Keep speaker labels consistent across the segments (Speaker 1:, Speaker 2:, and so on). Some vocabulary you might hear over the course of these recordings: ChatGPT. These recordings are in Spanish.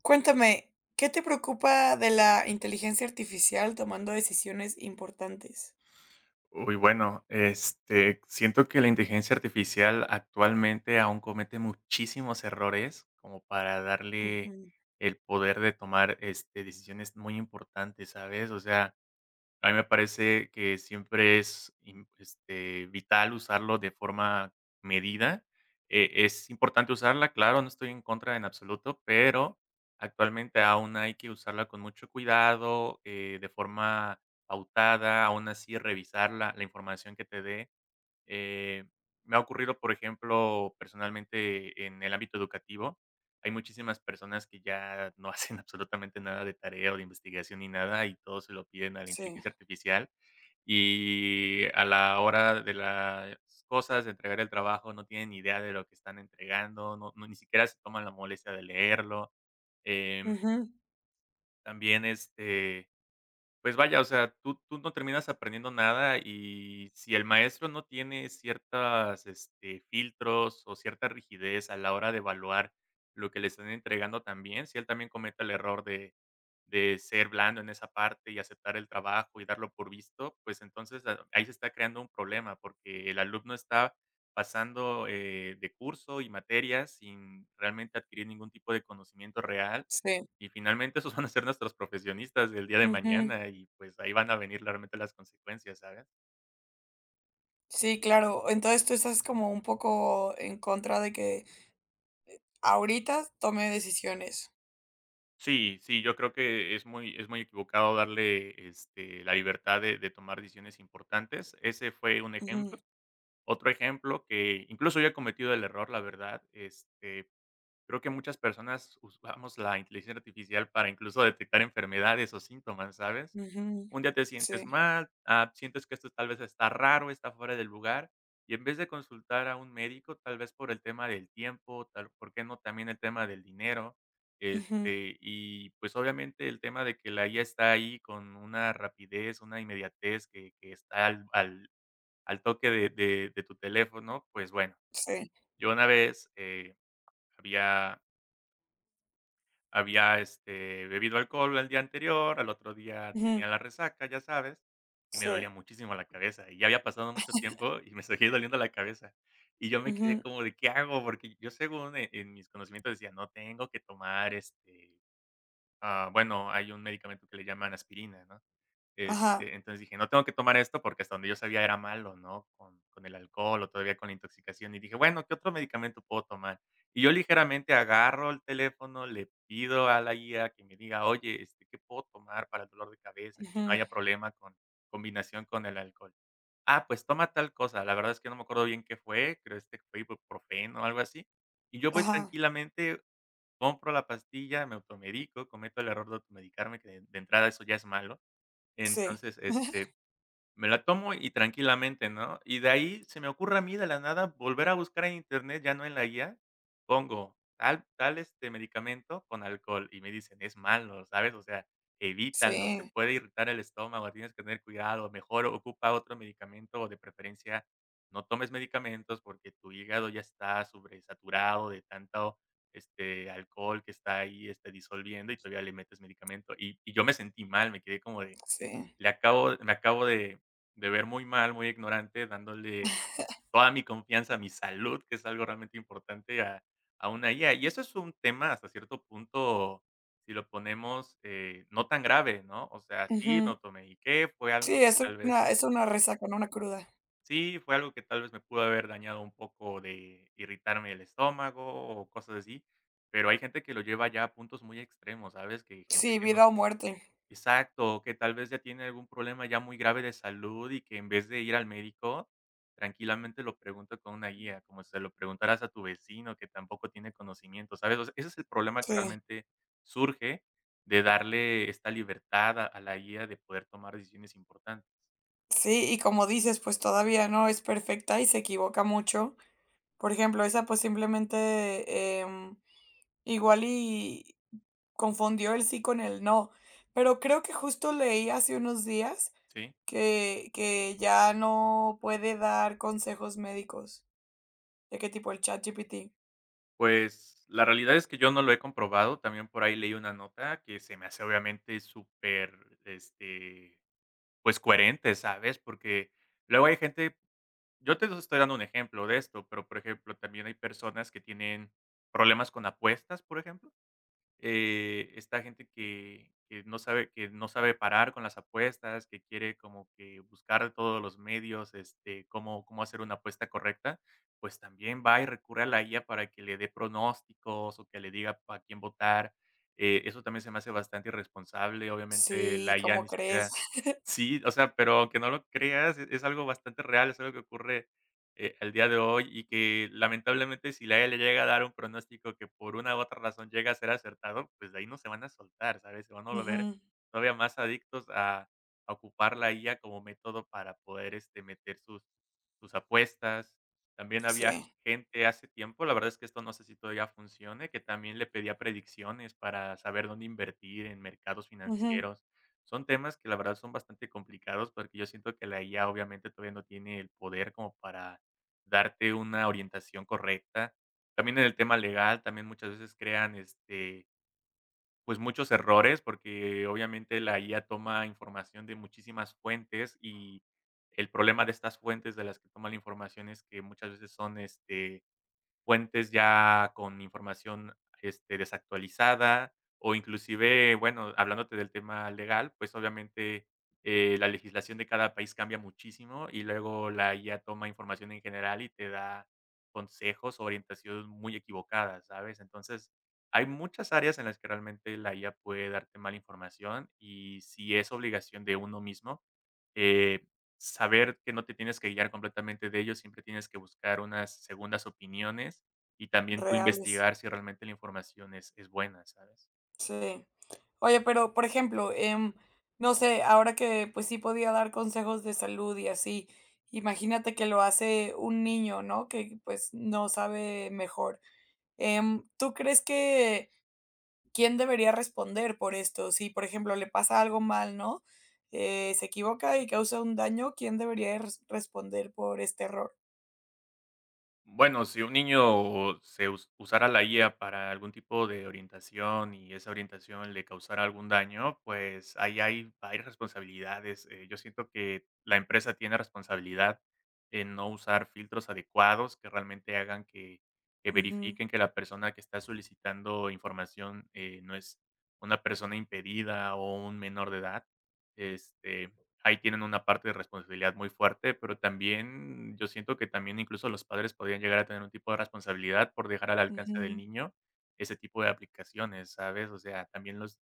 Speaker 1: Cuéntame, ¿qué te preocupa de la inteligencia artificial tomando decisiones importantes?
Speaker 2: Siento que la inteligencia artificial actualmente aún comete muchísimos errores como para darle
Speaker 1: Ujú,
Speaker 2: el poder de tomar, decisiones muy importantes, ¿sabes? O sea, a mí me parece que siempre es vital usarlo de forma medida. Es importante usarla, claro, no estoy en contra en absoluto, pero actualmente aún hay que usarla con mucho cuidado, de forma pautada, aún así revisar la información que te dé. Eh, Me ha ocurrido, por ejemplo, personalmente en el ámbito educativo, hay muchísimas personas que ya no hacen absolutamente nada de tarea o de investigación ni nada y todo se lo piden a la
Speaker 1: sí.
Speaker 2: inteligencia artificial y a la hora de las cosas, de entregar el trabajo, no tienen ni idea de lo que están entregando, ni siquiera se toman la molestia de leerlo. Em,
Speaker 1: Ujú,
Speaker 2: También pues vaya, o sea, tú no terminas aprendiendo nada, y si el maestro no tiene ciertas, filtros o cierta rigidez a la hora de evaluar lo que le están entregando también, si él también comete el error de ser blando en esa parte y aceptar el trabajo y darlo por visto, pues entonces a ahí se está creando un problema, porque el alumno está pasando, de curso y materias sin realmente adquirir ningún tipo de conocimiento real,
Speaker 1: sí.
Speaker 2: y finalmente esos van a ser nuestros profesionistas del día de
Speaker 1: Ujú.
Speaker 2: mañana y, pues, ahí van a venir realmente las consecuencias, ¿sabes?
Speaker 1: Sí, claro. Entonces, tú estás como un poco en contra de que ahorita tome decisiones.
Speaker 2: Sí, sí, yo creo que es muy equivocado darle, la libertad de tomar decisiones importantes. Ese fue un
Speaker 1: Ujú,
Speaker 2: ejemplo. Otro ejemplo que incluso yo he cometido el error, la verdad, creo que muchas personas usamos la inteligencia artificial para incluso detectar enfermedades o síntomas, ¿sabes?
Speaker 1: ujú.
Speaker 2: Un día te
Speaker 1: Sí.
Speaker 2: sientes mal, sientes que esto tal vez está raro, está fuera del lugar, y en vez de consultar a un médico, tal vez por el tema del tiempo, tal, ¿por qué no también el tema del dinero?
Speaker 1: Ujú,
Speaker 2: Y pues obviamente el tema de que la IA está ahí con una rapidez, una inmediatez que está al toque de tu teléfono, pues bueno,
Speaker 1: sí.
Speaker 2: yo una vez había había, bebido alcohol el día anterior, al otro día tenía
Speaker 1: Ujú,
Speaker 2: la resaca, ya sabes, y me dolía
Speaker 1: sí.
Speaker 2: muchísimo la cabeza, y ya había pasado mucho tiempo y me seguía doliendo la cabeza. Y yo me quedé
Speaker 1: Ujú,
Speaker 2: como de, ¿qué hago? Porque yo según en mis conocimientos decía, no, tengo que tomar, bueno, hay un medicamento que le llaman aspirina, ¿no?
Speaker 1: ajá.
Speaker 2: Entonces dije: "No tengo que tomar esto", porque hasta donde yo sabía era malo, ¿no? Con el alcohol o todavía con la intoxicación. Y dije: "Bueno, ¿qué otro medicamento puedo tomar?". Y yo ligeramente agarro el teléfono, le pido a la guía que me diga: "Oye, ¿qué puedo tomar para el dolor de cabeza? Que no
Speaker 1: Ujú,
Speaker 2: haya problema con combinación con el alcohol". "Ah, pues toma tal cosa". La verdad es que no me acuerdo bien qué fue, creo, que fue ibuprofeno o algo así. Y yo voy
Speaker 1: ajá.
Speaker 2: tranquilamente, compro la pastilla, me automedico, cometo el error de automedicarme, que de entrada eso ya es malo.
Speaker 1: Sí.
Speaker 2: Entonces, me la tomo y tranquilamente, ¿no? Y de ahí se me ocurre a mí de la nada volver a buscar en Internet, ya no en la guía, pongo tal medicamento con alcohol y me dicen: "Es malo, ¿sabes? O sea, evítalo, te
Speaker 1: Sí,
Speaker 2: puede irritar el estómago, tienes que tener cuidado, mejor ocupa otro medicamento o de preferencia no tomes medicamentos porque tu hígado ya está sobresaturado de tanto, alcohol que está ahí, disolviendo y todavía le metes medicamento". Y yo me sentí mal, me quedé como de
Speaker 1: sí.
Speaker 2: le acabo me acabo de ver muy mal, muy ignorante, dándole toda mi confianza, a mi salud, que es algo realmente importante a una IA. Y eso es un tema hasta cierto punto, si lo ponemos, no tan grave, ¿no? O sea, sí, me
Speaker 1: Ujú.
Speaker 2: automediqué, fue algo
Speaker 1: Sí,
Speaker 2: que tal vez
Speaker 1: es una resaca, no una cruda.
Speaker 2: sí, fue algo que tal vez me pudo haber dañado un poco de irritarme el estómago o cosas así, pero hay gente que lo lleva ya a puntos muy extremos, ¿sabes? Que hay gente
Speaker 1: Sí,
Speaker 2: que no.
Speaker 1: vida o muerte.
Speaker 2: Exacto, que tal vez ya tiene algún problema ya muy grave de salud y que en vez de ir al médico, tranquilamente lo pregunta con una guía, como si se lo preguntaras a tu vecino que tampoco tiene conocimiento, ¿sabes? O sea, ese es el problema que
Speaker 1: Sí,
Speaker 2: realmente surge de darle esta libertad a la guía de poder tomar decisiones importantes,
Speaker 1: sí, y como dices, pues todavía no es perfecta y se equivoca mucho. Por ejemplo, esa pues simplemente igual y confundió el sí con el no. Pero creo que justo leí hace unos días
Speaker 2: ¿sí?
Speaker 1: que ya no puede dar consejos médicos. ¿De qué tipo? El ChatGPT.
Speaker 2: Pues la realidad es que yo no lo he comprobado, también por ahí leí una nota que se me hace obviamente súper, pues coherente, ¿sabes? Porque luego hay gente. Yo te estoy dando un ejemplo de esto, pero, por ejemplo, también hay personas que tienen problemas con apuestas, por ejemplo. Está gente que no sabe, parar con las apuestas, que quiere como que buscar de todos los medios, cómo hacer una apuesta correcta, pues también va y recurre a la IA para que le dé pronósticos, o que le diga a quién votar. Eso también se me hace bastante irresponsable. Obviamente,
Speaker 1: Sí,
Speaker 2: la IA
Speaker 1: ¿cómo
Speaker 2: ni
Speaker 1: crees?
Speaker 2: siquiera. Sí, o sea, pero aunque no lo creas, es algo bastante real, es algo que ocurre, al día de hoy, y que lamentablemente, si la IA le llega a dar un pronóstico que por una u otra razón llega a ser acertado, pues de ahí no se van a soltar, ¿sabes? Se van a volver
Speaker 1: Ujú,
Speaker 2: todavía más adictos a ocupar la IA como método para poder, meter sus apuestas. También había
Speaker 1: sí,
Speaker 2: gente hace tiempo, la verdad es que esto no sé si todavía funcione, que también le pedía predicciones para saber dónde invertir en mercados
Speaker 1: ujú,
Speaker 2: financieros. Son temas que la verdad son bastante complicados, porque yo siento que la IA obviamente todavía no tiene el poder como para darte una orientación correcta. También en el tema legal, también muchas veces crean, pues, muchos errores, porque obviamente la IA toma información de muchísimas fuentes, y el problema de estas fuentes de las que toma la información es que muchas veces son, fuentes ya con información, desactualizada, o inclusive, bueno, hablándote del tema legal, pues, obviamente, la legislación de cada país cambia muchísimo, y luego la IA toma información en general y te da consejos o orientaciones muy equivocadas, ¿sabes? Entonces, hay muchas áreas en las que realmente la IA puede darte mala información, y si es obligación de uno mismo, eh, saber que no te tienes que guiar completamente de ellos, siempre tienes que buscar unas segundas opiniones y también tú
Speaker 1: reales.
Speaker 2: investigar si realmente la información es buena, ¿sabes?
Speaker 1: Sí. Oye, pero, por ejemplo, no sé, ahora que pues sí podía dar consejos de salud y así, imagínate que lo hace un niño, ¿no? Que pues no sabe mejor. ¿Tú crees que quién debería responder por esto? Si, por ejemplo, le pasa algo mal, ¿no? Se equivoca y causa un daño, ¿quién debería responder por este error?
Speaker 2: Bueno, si un niño se us usara la IA para algún tipo de orientación y esa orientación le causara algún daño, pues ahí hay varias responsabilidades. Yo siento que la empresa tiene responsabilidad en no usar filtros adecuados que realmente hagan que
Speaker 1: Ujú,
Speaker 2: verifiquen que la persona que está solicitando información, no es una persona impedida o un menor de edad. Este Ahí tienen una parte de responsabilidad muy fuerte, pero también yo siento que también incluso los padres podrían llegar a tener un tipo de responsabilidad por dejar al alcance del
Speaker 1: ujú.
Speaker 2: niño ese tipo de aplicaciones, ¿sabes? O sea, también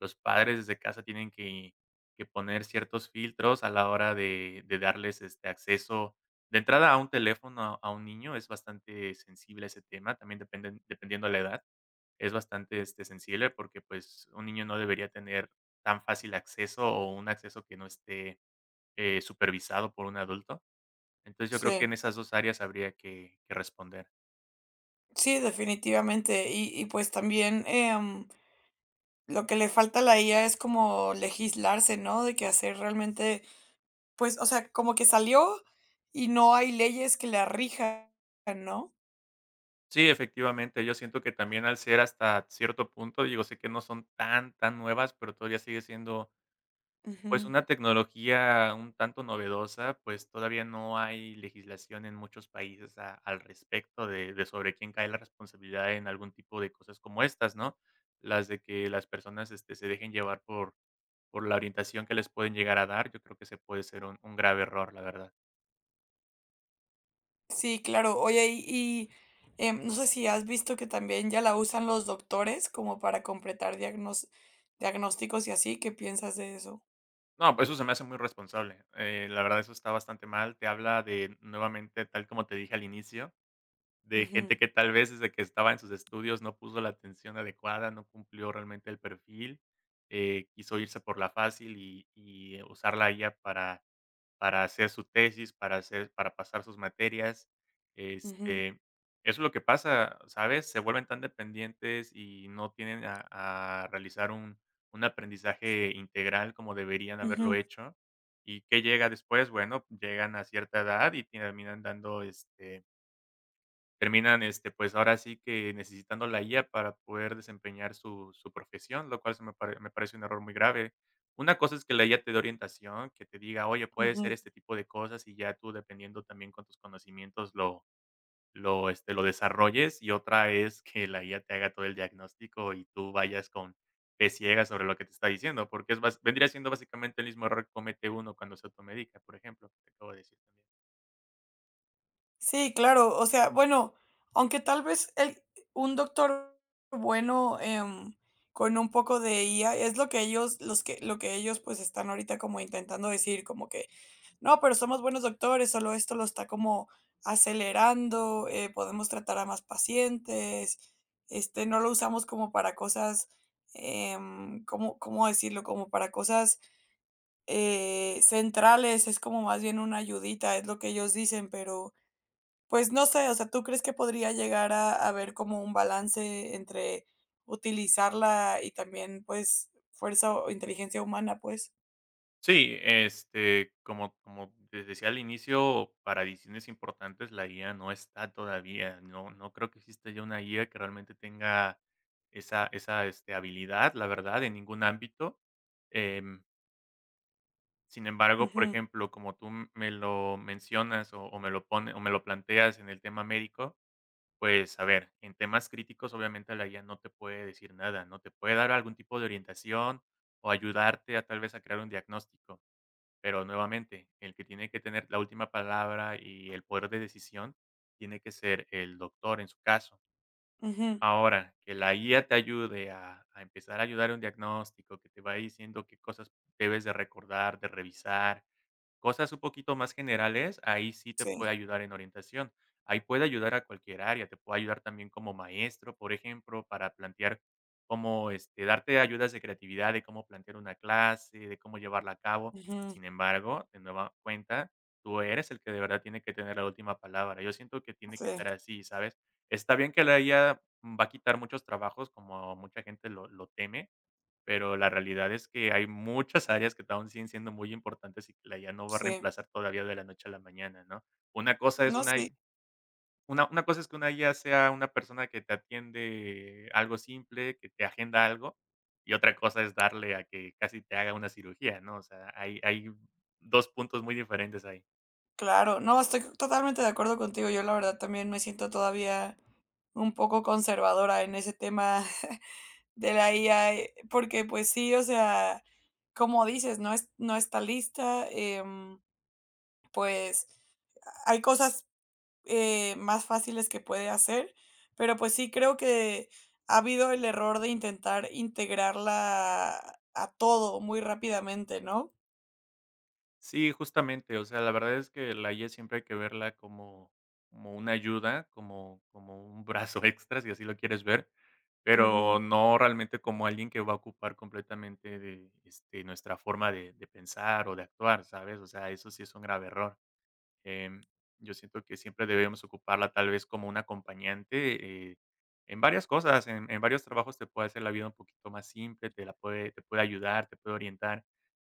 Speaker 2: los padres desde casa tienen que poner ciertos filtros a la hora de darles este acceso. De entrada, a un teléfono, a un niño, es bastante sensible ese tema, también dependiendo de la edad, es bastante sensible, porque pues un niño no debería tener tan fácil acceso o un acceso que no esté supervisado por un adulto. Entonces, yo creo que
Speaker 1: Sí,
Speaker 2: en esas 2 áreas habría que responder.
Speaker 1: sí, definitivamente. Y pues también... lo que le falta a la IA es como legislarse, ¿no? De que hacer realmente, pues, o sea, como que salió y no hay leyes que la rijan, ¿no?
Speaker 2: Sí, efectivamente, yo siento que también al ser hasta cierto punto, digo, sé que no son tan nuevas, pero todavía sigue siendo, pues,
Speaker 1: Ujú.
Speaker 2: una tecnología un tanto novedosa, pues, todavía no hay legislación en muchos países a al respecto de sobre quién cae la responsabilidad en algún tipo de cosas como estas, ¿no? Las de que las personas, se dejen llevar por la orientación que les pueden llegar a dar, yo creo que se puede ser un grave error, la verdad.
Speaker 1: Sí, claro. Oye, y, no sé si has visto que también ya la usan los doctores como para completar diagnósticos y así. ¿Qué piensas de eso?
Speaker 2: No, pues eso se me hace muy responsable. La verdad, eso está bastante mal. Te habla de, nuevamente, tal como te dije al inicio, de
Speaker 1: Ujú,
Speaker 2: gente que tal vez desde que estaba en sus estudios no puso la atención adecuada, no cumplió realmente el perfil, quiso irse por la fácil y, usar la IA para hacer su tesis, para hacer para pasar sus materias.
Speaker 1: ujú,
Speaker 2: Eso es lo que pasa, ¿sabes? Se vuelven tan dependientes y no tienen a realizar un aprendizaje integral como deberían haberlo
Speaker 1: ujú,
Speaker 2: hecho. ¿Y qué llega después? Bueno, llegan a cierta edad y terminan dando, este terminan, pues, ahora sí que necesitando la IA para poder desempeñar su profesión, lo cual se me pare me parece un error muy grave. Una cosa es que la IA te dé orientación, que te diga: "Oye, puede ser
Speaker 1: ujú.
Speaker 2: este tipo de cosas", y ya tú, dependiendo también con tus conocimientos, lo desarrolles, y otra es que la IA te haga todo el diagnóstico y tú vayas con fe ciega sobre lo que te está diciendo, porque es bas vendría siendo básicamente el mismo error que comete uno cuando se automedica, por ejemplo, que te acabo de decir también.
Speaker 1: Sí, claro, o sea, bueno, aunque tal vez el un doctor bueno, con un poco de IA es lo que ellos los que lo que ellos, pues, están ahorita como intentando decir, como que: "No, pero somos buenos doctores, solo esto lo está como acelerando, podemos tratar a más pacientes, este, no lo usamos como para cosas", ¿cómo cómo decirlo? Como para cosas, centrales, es como más bien una ayudita, es lo que ellos dicen, pero pues no sé, o sea, ¿tú crees que podría llegar a haber como un balance entre utilizarla y también, pues, fuerza o inteligencia humana, pues?
Speaker 2: Sí, como les decía al inicio, para decisiones importantes la guía no está todavía. No creo que exista ya una guía que realmente tenga esa habilidad, la verdad, en ningún ámbito. Em, sin embargo, por
Speaker 1: Ujú,
Speaker 2: ejemplo, como me lo mencionas o me lo pone o me lo planteas en el tema médico, pues, a ver, en temas críticos, obviamente, la guía no te puede decir nada, ¿no? Te puede dar algún tipo de orientación o ayudarte a, tal vez, a crear un diagnóstico. Pero nuevamente, el que tiene que tener la última palabra y el poder de decisión tiene que ser el doctor en su caso.
Speaker 1: ujú,
Speaker 2: Ahora, que la guía te ayude a empezar a ayudar en un diagnóstico, que te va diciendo qué cosas debes de recordar, de revisar, cosas un poquito más generales, ahí sí te
Speaker 1: sí,
Speaker 2: puede ayudar en orientación. Ahí puede ayudar a cualquier área, te puede ayudar también como maestro, por ejemplo, para plantear cómo, darte ayudas de creatividad, de cómo plantear una clase, de cómo llevarla a cabo.
Speaker 1: ujú,
Speaker 2: Sin embargo, de nueva cuenta, tú eres el que de verdad tiene que tener la última palabra. Yo siento que tiene que
Speaker 1: sí,
Speaker 2: ser así, ¿sabes? Está bien que la IA va a quitar muchos trabajos, como mucha gente lo teme, pero la realidad es que hay muchas áreas que aún siguen siendo muy importantes y que la IA no va a
Speaker 1: sí.
Speaker 2: reemplazar todavía de la noche a la mañana, ¿no? Una cosa es
Speaker 1: No,
Speaker 2: una
Speaker 1: sí,
Speaker 2: una cosa es que una IA sea una persona que te atiende algo simple, que te agenda algo, y otra cosa es darle a que casi te haga una cirugía, ¿no? O sea, hay 2 puntos muy diferentes ahí.
Speaker 1: claro. No, estoy totalmente de acuerdo contigo. Yo la verdad también me siento todavía un poco conservadora en ese tema de la IA, porque, pues sí, o sea, como dices, no está lista, pues hay cosas más fáciles que puede hacer, pero pues sí creo que ha habido el error de intentar integrarla a todo muy rápidamente, ¿no?
Speaker 2: Sí, justamente, o sea, la verdad es que la IA siempre hay que verla como una ayuda, como un brazo extra, si así lo quieres ver,
Speaker 1: Ujú,
Speaker 2: pero no realmente como alguien que va a ocupar completamente de, nuestra forma de pensar o de actuar, ¿sabes? O sea, eso sí es un grave error. Em, yo siento que siempre debemos ocuparla tal vez como un acompañante en varias cosas, en varios trabajos te puede hacer la vida un poquito más simple, te puede ayudar, te puede orientar,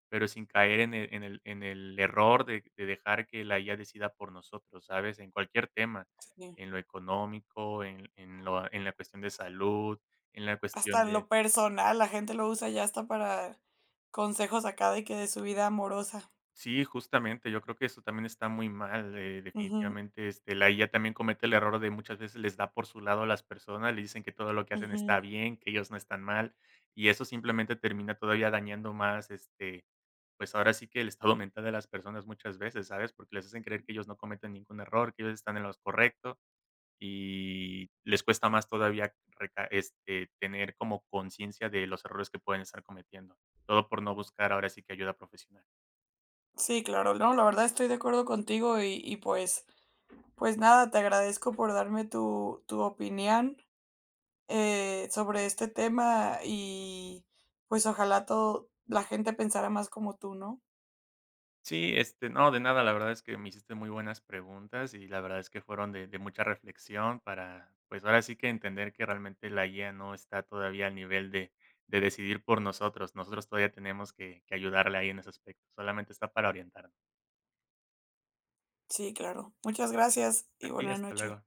Speaker 2: pero sin caer en el, en el, en el error de dejar que la IA decida por nosotros, ¿sabes? En cualquier tema,
Speaker 1: sí.
Speaker 2: en lo económico, en, lo, en la cuestión de salud, en la
Speaker 1: Hasta
Speaker 2: cuestión
Speaker 1: en
Speaker 2: de.
Speaker 1: lo personal, la gente lo usa ya hasta para consejos acá de su vida amorosa.
Speaker 2: Sí, justamente, yo creo que eso también está muy mal,
Speaker 1: Ujú,
Speaker 2: definitivamente, la IA también comete el error de muchas veces les da por su lado a las personas, le dicen que todo lo que hacen
Speaker 1: ujú.
Speaker 2: está bien, que ellos no están mal, y eso simplemente termina todavía dañando más, pues ahora sí que el estado mental de las personas muchas veces, ¿sabes? Porque les hacen creer que ellos no cometen ningún error, que ellos están en lo correcto y les cuesta más todavía tener como conciencia de los errores que pueden estar cometiendo, todo por no buscar ahora sí que ayuda profesional.
Speaker 1: Sí, claro, no, la verdad estoy de acuerdo contigo y pues, pues nada, te agradezco por darme tu opinión. Eh, sobre este tema y pues ojalá todo la gente pensara más como tú, ¿no?
Speaker 2: Sí, no, de nada, la verdad es que me hiciste muy buenas preguntas y la verdad es que fueron de mucha reflexión para, pues ahora sí que entender que realmente la guía no está todavía al nivel de decidir por nosotros. Nosotros todavía tenemos que ayudarle ahí en ese aspecto. Solamente está para orientarnos.
Speaker 1: Sí, claro. Muchas gracias y
Speaker 2: A ti,
Speaker 1: buena
Speaker 2: hasta
Speaker 1: noche.
Speaker 2: luego.